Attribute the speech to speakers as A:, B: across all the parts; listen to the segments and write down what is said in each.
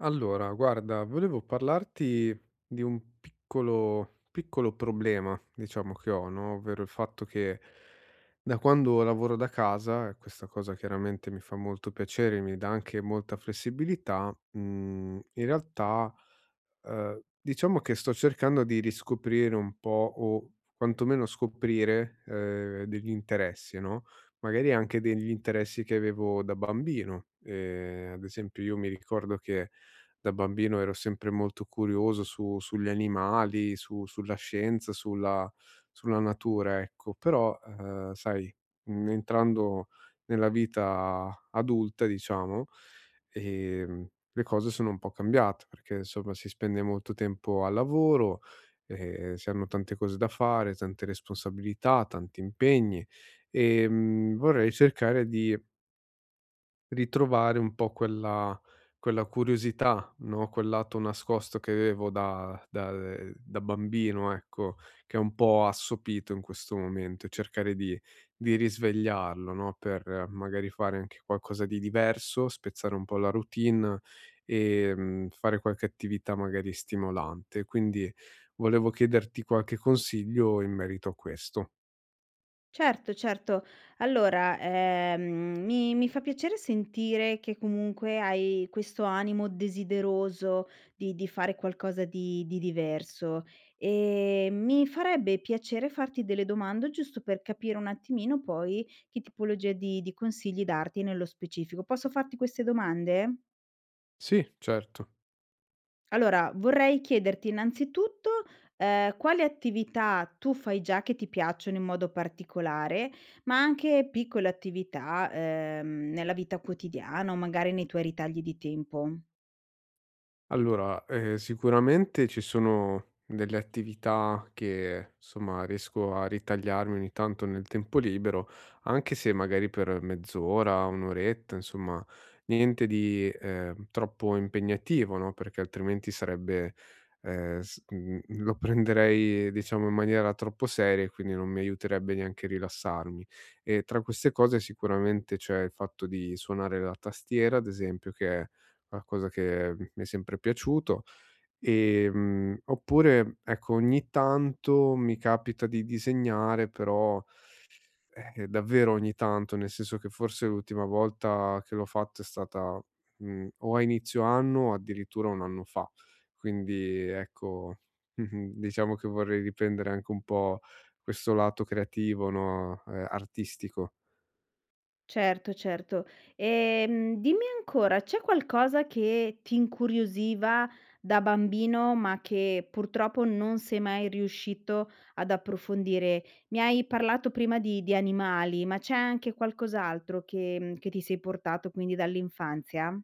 A: Allora, guarda, volevo parlarti di un piccolo, piccolo problema, diciamo che ho, no? Ovvero il fatto che da quando lavoro da casa, e questa cosa chiaramente mi fa molto piacere, mi dà anche molta flessibilità, in realtà diciamo che sto cercando di riscoprire un po' o quantomeno scoprire degli interessi, no? Magari anche degli interessi che avevo da bambino. Ad esempio, io mi ricordo che da bambino ero sempre molto curioso su sugli animali, su sulla scienza, sulla natura, ecco. Però, sai, entrando nella vita adulta, diciamo, le cose sono un po' cambiate, perché insomma si spende molto tempo al lavoro, si hanno tante cose da fare, tante responsabilità, tanti impegni. Vorrei cercare di ritrovare un po' quella curiosità, no, quel lato nascosto che avevo da da bambino, ecco, che è un po' assopito in questo momento e cercare di risvegliarlo, no, per magari fare anche qualcosa di diverso, spezzare un po' la routine, fare qualche attività magari stimolante. Quindi volevo chiederti qualche consiglio in merito a questo.
B: Certo, certo. Allora, mi fa piacere sentire che comunque hai questo animo desideroso di fare qualcosa di diverso, mi farebbe piacere farti delle domande giusto per capire un attimino poi che tipologia di consigli darti nello specifico. Posso farti queste domande?
A: Sì, certo.
B: Allora, vorrei chiederti innanzitutto, quali attività tu fai già che ti piacciono in modo particolare, ma anche piccole attività, nella vita quotidiana o magari nei tuoi ritagli di tempo.
A: Allora, sicuramente ci sono delle attività che, insomma, riesco a ritagliarmi ogni tanto nel tempo libero, anche se magari per mezz'ora, 1 oretta, insomma, niente di, troppo impegnativo, no, perché altrimenti sarebbe lo prenderei, diciamo, in maniera troppo seria e quindi non mi aiuterebbe neanche a rilassarmi. E tra queste cose sicuramente c'è il fatto di suonare la tastiera, ad esempio, che è una cosa che mi è sempre piaciuto. Oppure, ecco, ogni tanto mi capita di disegnare, però, davvero ogni tanto, nel senso che forse l'ultima volta che l'ho fatto è stata, o a inizio anno o addirittura 1 anno fa. Quindi ecco, diciamo che vorrei riprendere anche un po' questo lato creativo, no, artistico.
B: Certo, certo. Dimmi ancora, c'è qualcosa che ti incuriosiva da bambino, ma che purtroppo non sei mai riuscito ad approfondire? Mi hai parlato prima di animali, ma c'è anche qualcos'altro che che ti sei portato quindi dall'infanzia?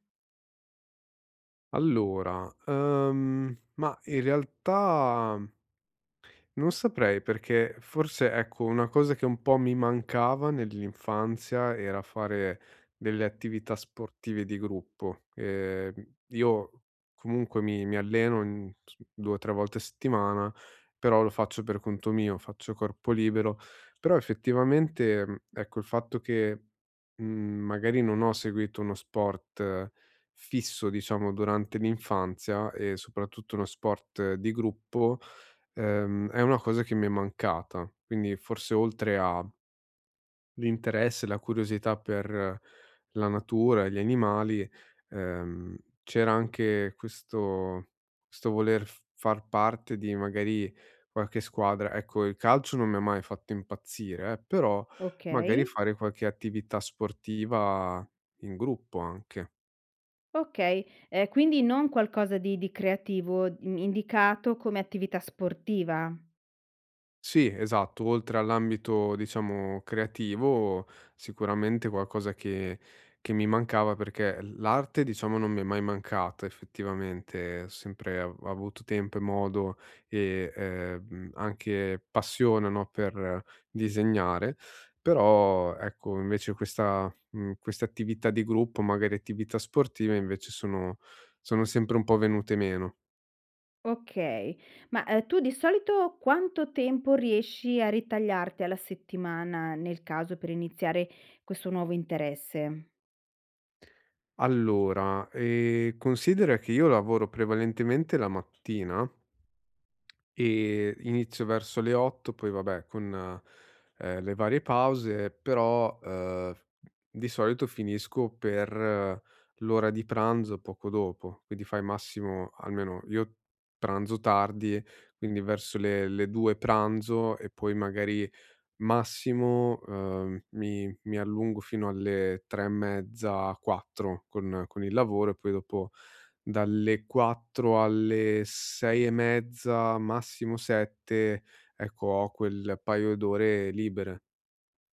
A: Allora, ma in realtà non saprei perché forse, ecco, una cosa che un po' mi mancava nell'infanzia era fare delle attività sportive di gruppo. Io comunque mi alleno in s 2 o 3 volte a settimana, però lo faccio per conto mio, faccio corpo libero. Però effettivamente, ecco, il fatto che, magari non ho seguito uno sport fisso, diciamo, durante l'infanzia e soprattutto uno sport di gruppo, è una cosa che mi è mancata, quindi forse oltre a l'interesse, la curiosità per la natura e gli animali, ehm, c'era anche questo voler f far parte di magari qualche squadra. Ecco, il calcio non mi ha mai fatto impazzire, però magari
B: Okay,
A: fare qualche attività sportiva in gruppo anche.
B: okay. Quindi non qualcosa di creativo, mhmm, indicato come attività sportiva?
A: Sì, esatto. Oltre all'ambito, diciamo, creativo, sicuramente qualcosa che mi mancava perché l'arte, diciamo, non mi è mai mancata effettivamente. Ho sempre av avuto tempo e modo e, anche passione, no, per disegnare. Però, ecco, invece questa, queste attività di gruppo, magari attività sportive, invece sono sempre un po' venute meno.
B: Okay. Ma tu di solito quanto tempo riesci a ritagliarti alla settimana, nel caso per iniziare questo nuovo interesse?
A: Allora, considera che io lavoro prevalentemente la mattina e inizio verso le 8, poi vabbè con, le varie pause, però, di solito finisco per l'ora di pranzo, poco dopo. Quindi fai massimo almeno io pranzo tardi, quindi verso le 2 pranzo e poi magari massimo, mi allungo fino alle 3 e mezza, 4 con il lavoro e poi dopo dalle 4 alle 6 e mezza, massimo 7, ecco, ho quel paio d'ore libere.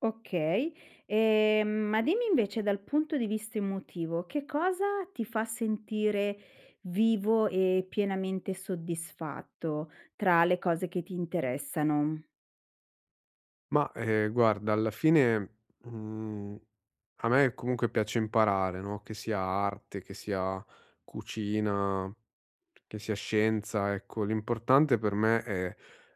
B: Okay. Ma dimmi invece dal punto di vista emotivo, che cosa ti fa sentire vivo e pienamente soddisfatto tra le cose che ti interessano?
A: Ma, guarda, alla fine, mhmm, a me comunque piace imparare, no, che sia arte, che sia cucina, che sia scienza, ecco, l'importante per me è,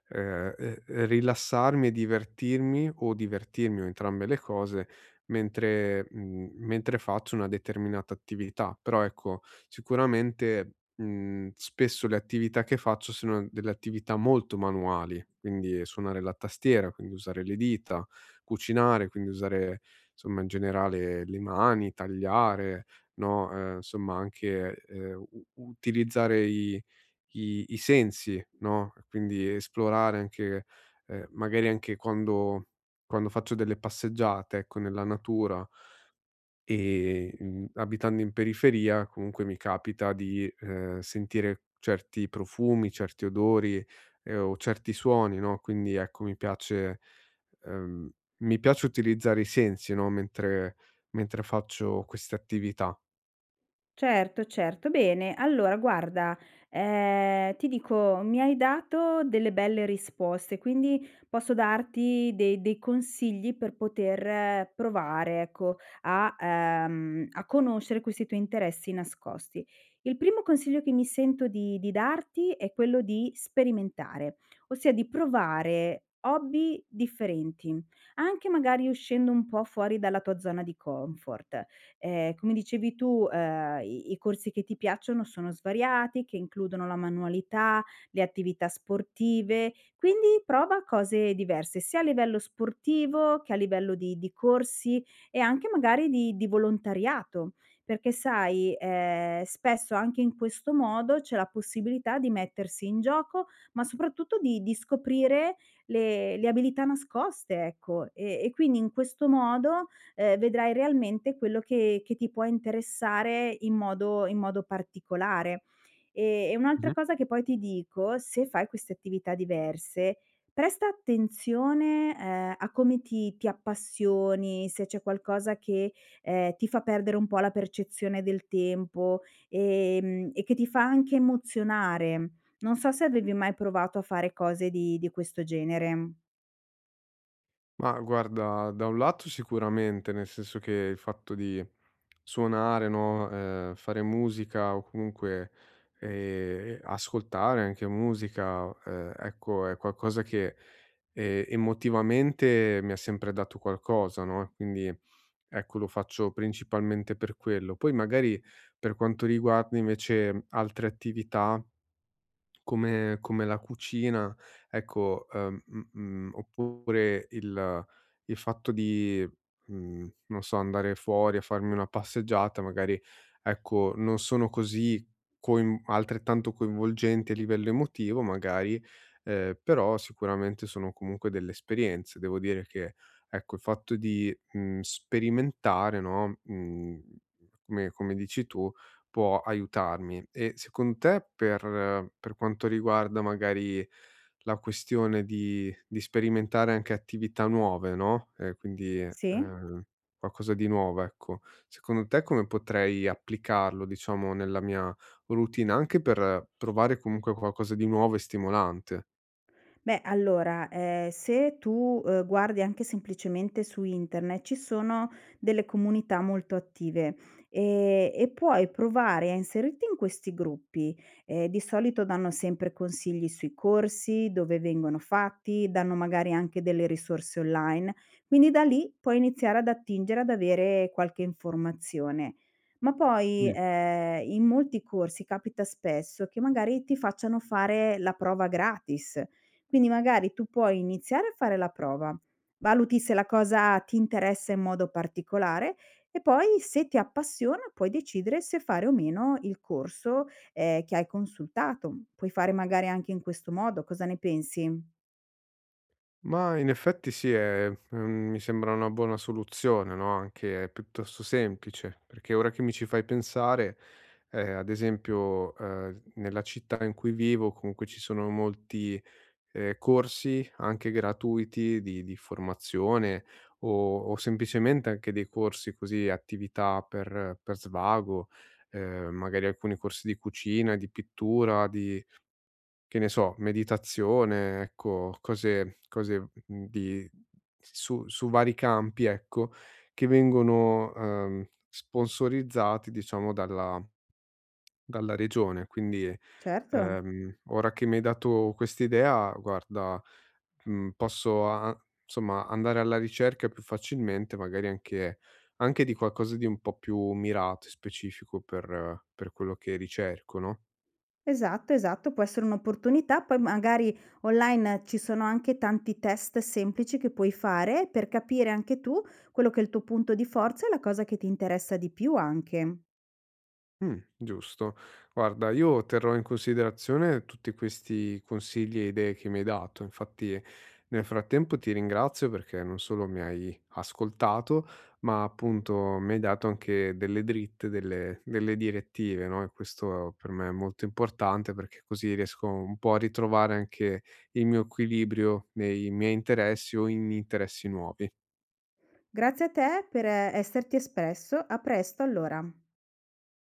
A: ehm, ehm, rilassarmi e divertirmi o divertirmi o entrambe le cose mentre mentre faccio una determinata attività. Però ecco, sicuramente, spesso le attività che faccio sono delle attività molto manuali, quindi suonare la tastiera, quindi usare le dita, cucinare, quindi usare, insomma, in generale le mani, tagliare, no, insomma anche, u utilizzare i sensi, no, quindi esplorare anche magari anche quando faccio delle passeggiate, ecco, nella natura, mhmm, abitando in periferia comunque mi capita di, sentire certi profumi, certi odori, o certi suoni, no, quindi ecco ehm, mi piace utilizzare i sensi, no, mentre mentre faccio queste attività.
B: Certo, certo. Bene, allora guarda, ti dico, mi hai dato delle belle risposte, quindi posso darti dei consigli per poter provare, ecco, a a conoscere questi tuoi interessi nascosti. Il primo consiglio che mi sento di darti è quello di sperimentare, ossia di provare hobby differenti, anche magari uscendo un po' fuori dalla tua zona di comfort. Come dicevi tu, i corsi che ti piacciono sono svariati, che includono la manualità, le attività sportive, quindi prova cose diverse, sia a livello sportivo che a livello di corsi e anche magari di volontariato, perché sai, spesso anche in questo modo c'è la possibilità di mettersi in gioco, ma soprattutto di scoprire le abilità nascoste, ecco. E quindi in questo modo, vedrai realmente quello che ti può interessare in modo particolare. E un'altra cosa che poi ti dico, se fai queste attività diverse, presta attenzione, a come ti appassioni, se c'è qualcosa che, ti fa perdere un po' la percezione del tempo, e che ti fa anche emozionare. Non so se avevi mai provato a fare cose di questo genere.
A: Ma guarda, da un lato sicuramente, nel senso che il fatto di suonare, no, fare musica o comunque, ascoltare anche musica, ecco è qualcosa che, emotivamente mi ha sempre dato qualcosa, no, e quindi ecco lo faccio principalmente per quello. Poi magari per quanto riguarda invece altre attività come la cucina, ecco, oppure il fatto di, non so, andare fuori a farmi una passeggiata, magari, ecco, non sono così coin altrettanto coinvolgenti a livello emotivo magari, però sicuramente sono comunque delle esperienze. Devo dire che, ecco, il fatto di, sperimentare, no, come dici tu, può aiutarmi. E secondo te per quanto riguarda magari la questione di sperimentare anche attività nuove, no,
B: Sì?
A: qualcosa di nuovo, ecco, secondo te come potrei applicarlo, diciamo, nella mia routine, anche per provare comunque qualcosa di nuovo e stimolante?
B: Beh, allora, se tu, guardi anche semplicemente su internet, ci sono delle comunità molto attive, e puoi provare a inserirti in questi gruppi. Di solito danno sempre consigli sui corsi, dove vengono fatti, danno magari anche delle risorse online, quindi da lì puoi iniziare ad attingere, ad avere qualche informazione. Ma poi in molti corsi capita spesso che magari ti facciano fare la prova gratis, quindi magari tu puoi iniziare a fare la prova, valuti se la cosa ti interessa in modo particolare e poi se ti appassiona puoi decidere se fare o meno il corso, che hai consultato. Puoi fare magari anche in questo modo, cosa ne pensi?
A: Ma in effetti sì, è mi sembra una buona soluzione, no, anche piuttosto semplice, perché ora che mi ci fai pensare, ad esempio, nella città in cui vivo comunque ci sono molti, corsi anche gratuiti di formazione o semplicemente anche dei corsi così, attività per svago, magari alcuni corsi di cucina, di pittura, di che ne so, meditazione, ecco, cose di su vari campi, ecco, che vengono, sponsorizzati diciamo dalla dalla regione. Quindi,
B: Certo,
A: ora che mi hai dato quest'idea, guarda, posso a insomma andare alla ricerca più facilmente, magari anche di qualcosa di un po' più mirato e specifico per quello che ricerco, no?
B: esatto, esatto, può essere un'opportunità, poi magari online ci sono anche tanti test semplici che puoi fare per capire anche tu quello che è il tuo punto di forza e la cosa che ti interessa di più anche.
A: Giusto. Guarda, io terrò in considerazione tutti questi consigli e idee che mi hai dato. Infatti, nel frattempo ti ringrazio perché non solo mi hai ascoltato, ma appunto mi hai dato anche delle dritte, delle direttive, no, e questo per me è molto importante perché così riesco un po' a ritrovare anche il mio equilibrio nei miei interessi o in interessi nuovi.
B: Grazie a te per esserti espresso. A presto allora.